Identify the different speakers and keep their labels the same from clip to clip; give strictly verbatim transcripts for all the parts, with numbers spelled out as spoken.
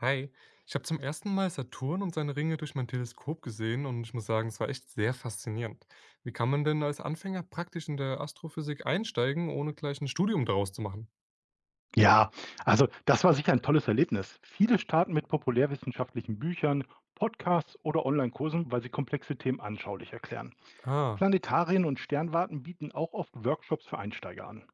Speaker 1: Hi, ich habe zum ersten Mal Saturn und seine Ringe durch mein Teleskop gesehen und ich muss sagen, es war echt sehr faszinierend. Wie kann man denn als Anfänger praktisch in der Astrophysik einsteigen, ohne gleich ein Studium daraus zu machen?
Speaker 2: Ja, also das war sicher ein tolles Erlebnis. Viele starten mit populärwissenschaftlichen Büchern, Podcasts oder Online-Kursen, weil sie komplexe Themen anschaulich erklären.
Speaker 1: Ah,
Speaker 2: Planetarien und Sternwarten bieten auch oft Workshops für Einsteiger an.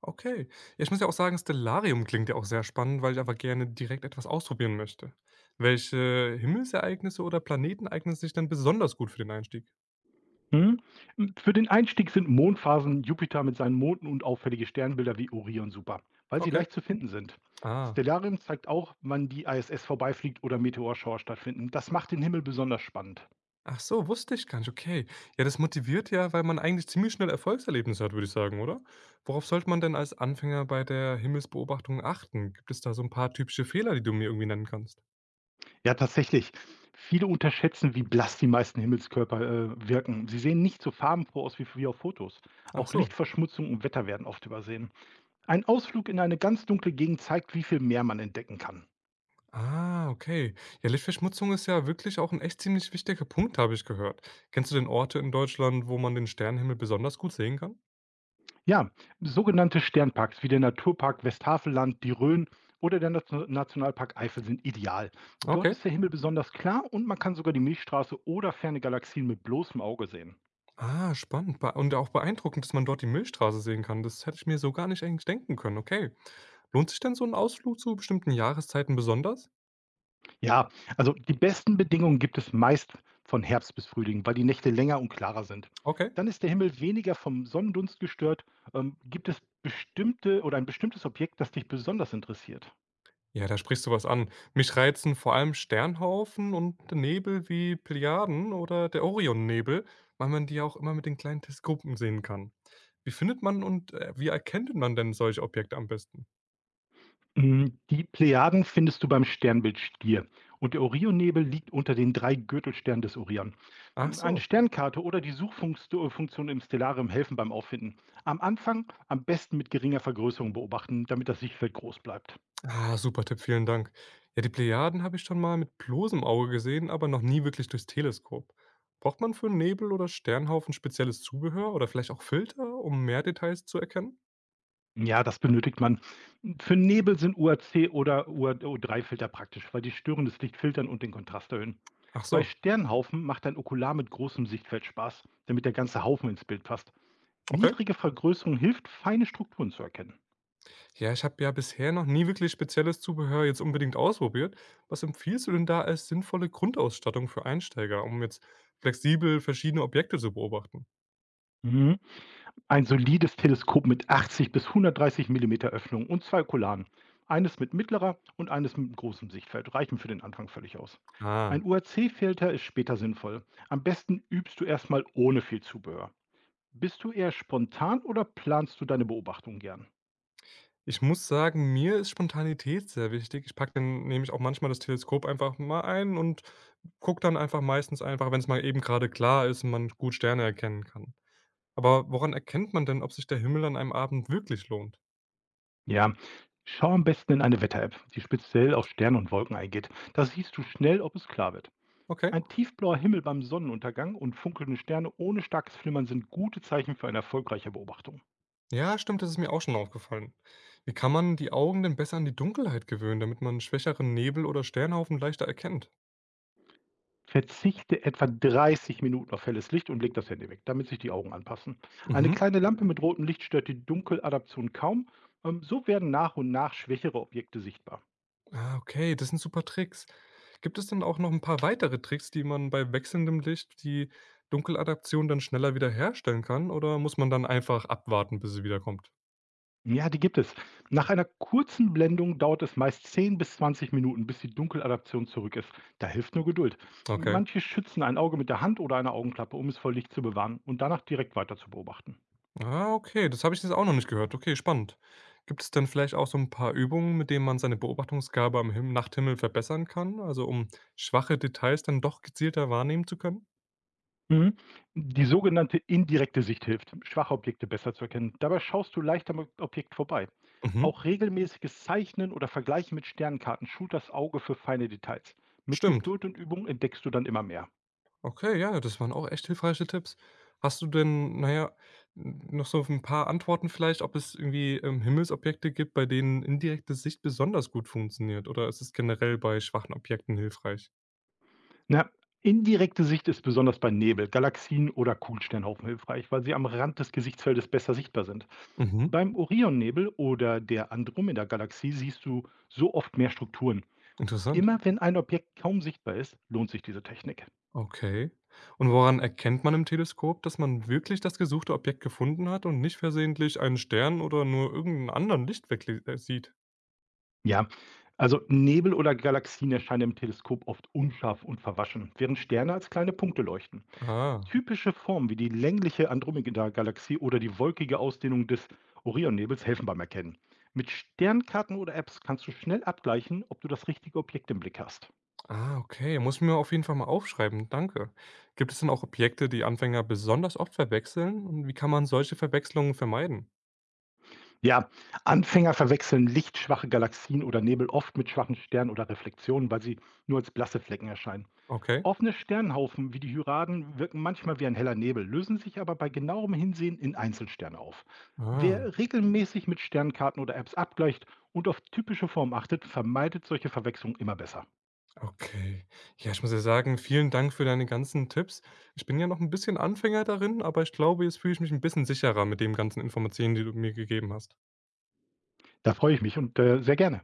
Speaker 1: okay. Ja, ich muss ja auch sagen, Stellarium klingt ja auch sehr spannend, weil ich aber gerne direkt etwas ausprobieren möchte. Welche Himmelsereignisse oder Planeten eignen sich denn besonders gut für den Einstieg?
Speaker 2: Hm? Für den Einstieg sind Mondphasen, Jupiter mit seinen Monden und auffällige Sternbilder wie Orion super, weil sie
Speaker 1: Okay.
Speaker 2: leicht zu finden sind.
Speaker 1: Ah,
Speaker 2: Stellarium zeigt auch, wann die I S S vorbeifliegt oder Meteorschauer stattfinden. Das macht den Himmel besonders spannend.
Speaker 1: ach so, wusste ich gar nicht, okay. Ja, das motiviert ja, weil man eigentlich ziemlich schnell Erfolgserlebnisse hat, würde ich sagen, oder? Worauf sollte man denn als Anfänger bei der Himmelsbeobachtung achten? Gibt es da so ein paar typische Fehler, die du mir irgendwie nennen kannst?
Speaker 2: Ja, tatsächlich. Viele unterschätzen, wie blass die meisten Himmelskörper, äh, wirken. Sie sehen nicht so farbenfroh aus wie wie auf Fotos.
Speaker 1: Ach
Speaker 2: Auch
Speaker 1: so.
Speaker 2: Lichtverschmutzung und Wetter werden oft übersehen. Ein Ausflug in eine ganz dunkle Gegend zeigt, wie viel mehr man entdecken kann.
Speaker 1: Ah, okay. Ja, Lichtverschmutzung ist ja wirklich auch ein echt ziemlich wichtiger Punkt, habe ich gehört. Kennst du denn Orte in Deutschland, wo man den Sternenhimmel besonders gut sehen kann?
Speaker 2: Ja, sogenannte Sternparks wie der Naturpark Westhaveland, die Rhön oder der Nation- Nationalpark Eifel sind ideal. Dort
Speaker 1: Okay.
Speaker 2: ist der Himmel besonders klar und man kann sogar die Milchstraße oder ferne Galaxien mit bloßem Auge sehen.
Speaker 1: Ah, spannend. Bea und auch beeindruckend, dass man dort die Milchstraße sehen kann. Das hätte ich mir so gar nicht eigentlich denken können, okay. Lohnt sich denn so ein Ausflug zu bestimmten Jahreszeiten besonders?
Speaker 2: Ja, also die besten Bedingungen gibt es meist von Herbst bis Frühling, weil die Nächte länger und klarer sind.
Speaker 1: Okay.
Speaker 2: Dann ist der Himmel weniger vom Sonnendunst gestört. Ähm, gibt es bestimmte oder ein bestimmtes Objekt, das dich besonders interessiert?
Speaker 1: Ja, da sprichst du was an. Mich reizen vor allem Sternhaufen und Nebel wie Plejaden oder der Orionnebel, weil man die ja auch immer mit den kleinen Teleskopen sehen kann. Wie findet man und äh, wie erkennt man denn solche Objekte am besten?
Speaker 2: Mm, Die Plejaden findest du beim Sternbild Stier und der Orionnebel liegt unter den drei Gürtelsternen des Orion.
Speaker 1: Ach
Speaker 2: Mm, Eine
Speaker 1: so.
Speaker 2: Sternkarte oder die Suchfunktion im Stellarium helfen beim Auffinden. Am Anfang am besten mit geringer Vergrößerung beobachten, damit das Sichtfeld groß bleibt.
Speaker 1: Ah, super Tipp, vielen Dank. Ja, die Plejaden habe ich schon mal mit bloßem Auge gesehen, aber noch nie wirklich durchs Teleskop. Braucht man für Nebel oder Sternhaufen spezielles Zubehör oder vielleicht auch Filter, um mehr Details zu erkennen?
Speaker 2: Ja, das benötigt man. Für Nebel sind U A C oder U A O drei Filter praktisch, weil die störendes Licht filtern und den Kontrast erhöhen.
Speaker 1: Ach
Speaker 2: Bei
Speaker 1: so,
Speaker 2: Sternhaufen macht ein Okular mit großem Sichtfeld Spaß, damit der ganze Haufen ins Bild passt.
Speaker 1: okay.
Speaker 2: Niedrige Vergrößerung hilft, feine Strukturen zu erkennen.
Speaker 1: Ja, ich habe ja bisher noch nie wirklich spezielles Zubehör jetzt unbedingt ausprobiert. Was empfiehlst du denn da als sinnvolle Grundausstattung für Einsteiger, um jetzt flexibel verschiedene Objekte zu beobachten?
Speaker 2: Mhm. Ein solides Teleskop mit achtzig bis hundertdreißig Millimeter Öffnung und zwei Okularen. Eines mit mittlerer und eines mit großem Sichtfeld reichen für den Anfang völlig aus. Ein
Speaker 1: Ah,
Speaker 2: U A C-Filter ist später sinnvoll. Am besten übst du erstmal ohne viel Zubehör. Bist du eher spontan oder planst du deine Beobachtungen gern?
Speaker 1: ich muss sagen, mir ist Spontanität sehr wichtig. Ich packe dann nämlich auch manchmal das Teleskop einfach mal ein und gucke dann einfach meistens einfach, wenn es mal eben gerade klar ist und man gut Sterne erkennen kann. Aber woran erkennt man denn, ob sich der Himmel an einem Abend wirklich lohnt?
Speaker 2: Ja, schau am besten in eine Wetter-App, die speziell auf Sterne und Wolken eingeht. Da siehst du schnell, ob es klar wird.
Speaker 1: Okay.
Speaker 2: Ein tiefblauer Himmel beim Sonnenuntergang und funkelnde Sterne ohne starkes Flimmern sind gute Zeichen für eine erfolgreiche Beobachtung.
Speaker 1: Ja, stimmt, das ist mir auch schon aufgefallen. Wie kann man die Augen denn besser an die Dunkelheit gewöhnen, damit man schwächeren Nebel oder Sternhaufen leichter erkennt?
Speaker 2: Verzichte etwa dreißig Minuten auf helles Licht und leg das Handy weg, damit sich die Augen anpassen. Eine
Speaker 1: Mhm.
Speaker 2: kleine Lampe mit rotem Licht stört die Dunkeladaption kaum. Ähm, So werden nach und nach schwächere Objekte sichtbar.
Speaker 1: Ah, okay, das sind super Tricks. Gibt es denn auch noch ein paar weitere Tricks, die man bei wechselndem Licht die Dunkeladaption dann schneller wiederherstellen kann? Oder muss man dann einfach abwarten, bis sie wiederkommt?
Speaker 2: Ja, die gibt es. Nach einer kurzen Blendung dauert es meist zehn bis zwanzig Minuten, bis die Dunkeladaption zurück ist. Da hilft nur Geduld.
Speaker 1: Okay.
Speaker 2: Manche schützen ein Auge mit der Hand oder einer Augenklappe, um es vor Licht zu bewahren und danach direkt weiter zu beobachten.
Speaker 1: Ah, okay, das habe ich jetzt auch noch nicht gehört. Okay, spannend. Gibt es denn vielleicht auch so ein paar Übungen, mit denen man seine Beobachtungsgabe am Him Nachthimmel verbessern kann? Also, um schwache Details dann doch gezielter wahrnehmen zu können?
Speaker 2: Mhm. Die sogenannte indirekte Sicht hilft, schwache Objekte besser zu erkennen. Dabei schaust du leicht am Objekt vorbei.
Speaker 1: Mhm,
Speaker 2: Auch regelmäßiges Zeichnen oder Vergleichen mit Sternkarten schult das Auge für feine Details. Mit
Speaker 1: stimmt.
Speaker 2: Geduld und Übung entdeckst du dann immer mehr.
Speaker 1: Okay, ja, das waren auch echt hilfreiche Tipps. Hast du denn, naja, n noch so ein paar Antworten vielleicht, ob es irgendwie, ähm, Himmelsobjekte gibt, bei denen indirekte Sicht besonders gut funktioniert, oder ist es generell bei schwachen Objekten hilfreich?
Speaker 2: Na, indirekte Sicht ist besonders bei Nebel, Galaxien oder Kugelsternhaufen hilfreich, weil sie am Rand des Gesichtsfeldes besser sichtbar sind.
Speaker 1: Mhm,
Speaker 2: Beim Orionnebel oder der Andromeda-Galaxie siehst du so oft mehr Strukturen.
Speaker 1: interessant.
Speaker 2: Immer wenn ein Objekt kaum sichtbar ist, lohnt sich diese Technik.
Speaker 1: Okay. Und woran erkennt man im Teleskop, dass man wirklich das gesuchte Objekt gefunden hat und nicht versehentlich einen Stern oder nur irgendeinen anderen Lichtweg äh, sieht?
Speaker 2: Ja, also Nebel oder Galaxien erscheinen im Teleskop oft unscharf und verwaschen, während Sterne als kleine Punkte leuchten.
Speaker 1: Ah.
Speaker 2: Typische Formen wie die längliche Andromeda-Galaxie oder die wolkige Ausdehnung des Orionnebels helfen beim Erkennen. Mit Sternkarten oder Apps kannst du schnell abgleichen, ob du das richtige Objekt im Blick hast.
Speaker 1: Ah, okay. Muss ich mir auf jeden Fall mal aufschreiben. Danke. Gibt es denn auch Objekte, die Anfänger besonders oft verwechseln? Und wie kann man solche Verwechslungen vermeiden?
Speaker 2: Ja, Anfänger verwechseln lichtschwache Galaxien oder Nebel oft mit schwachen Sternen oder Reflexionen, weil sie nur als blasse Flecken erscheinen.
Speaker 1: Okay.
Speaker 2: Offene Sternhaufen wie die Hyraden wirken manchmal wie ein heller Nebel, lösen sich aber bei genauerem Hinsehen in Einzelsterne auf.
Speaker 1: Ah,
Speaker 2: Wer regelmäßig mit Sternkarten oder Apps abgleicht und auf typische Formen achtet, vermeidet solche Verwechslungen immer besser.
Speaker 1: okay. Ja, ich muss ja sagen, vielen Dank für deine ganzen Tipps. Ich bin ja noch ein bisschen Anfänger darin, aber ich glaube, jetzt fühle ich mich ein bisschen sicherer mit den ganzen Informationen, die du mir gegeben hast.
Speaker 2: Da freue ich mich und äh, sehr gerne.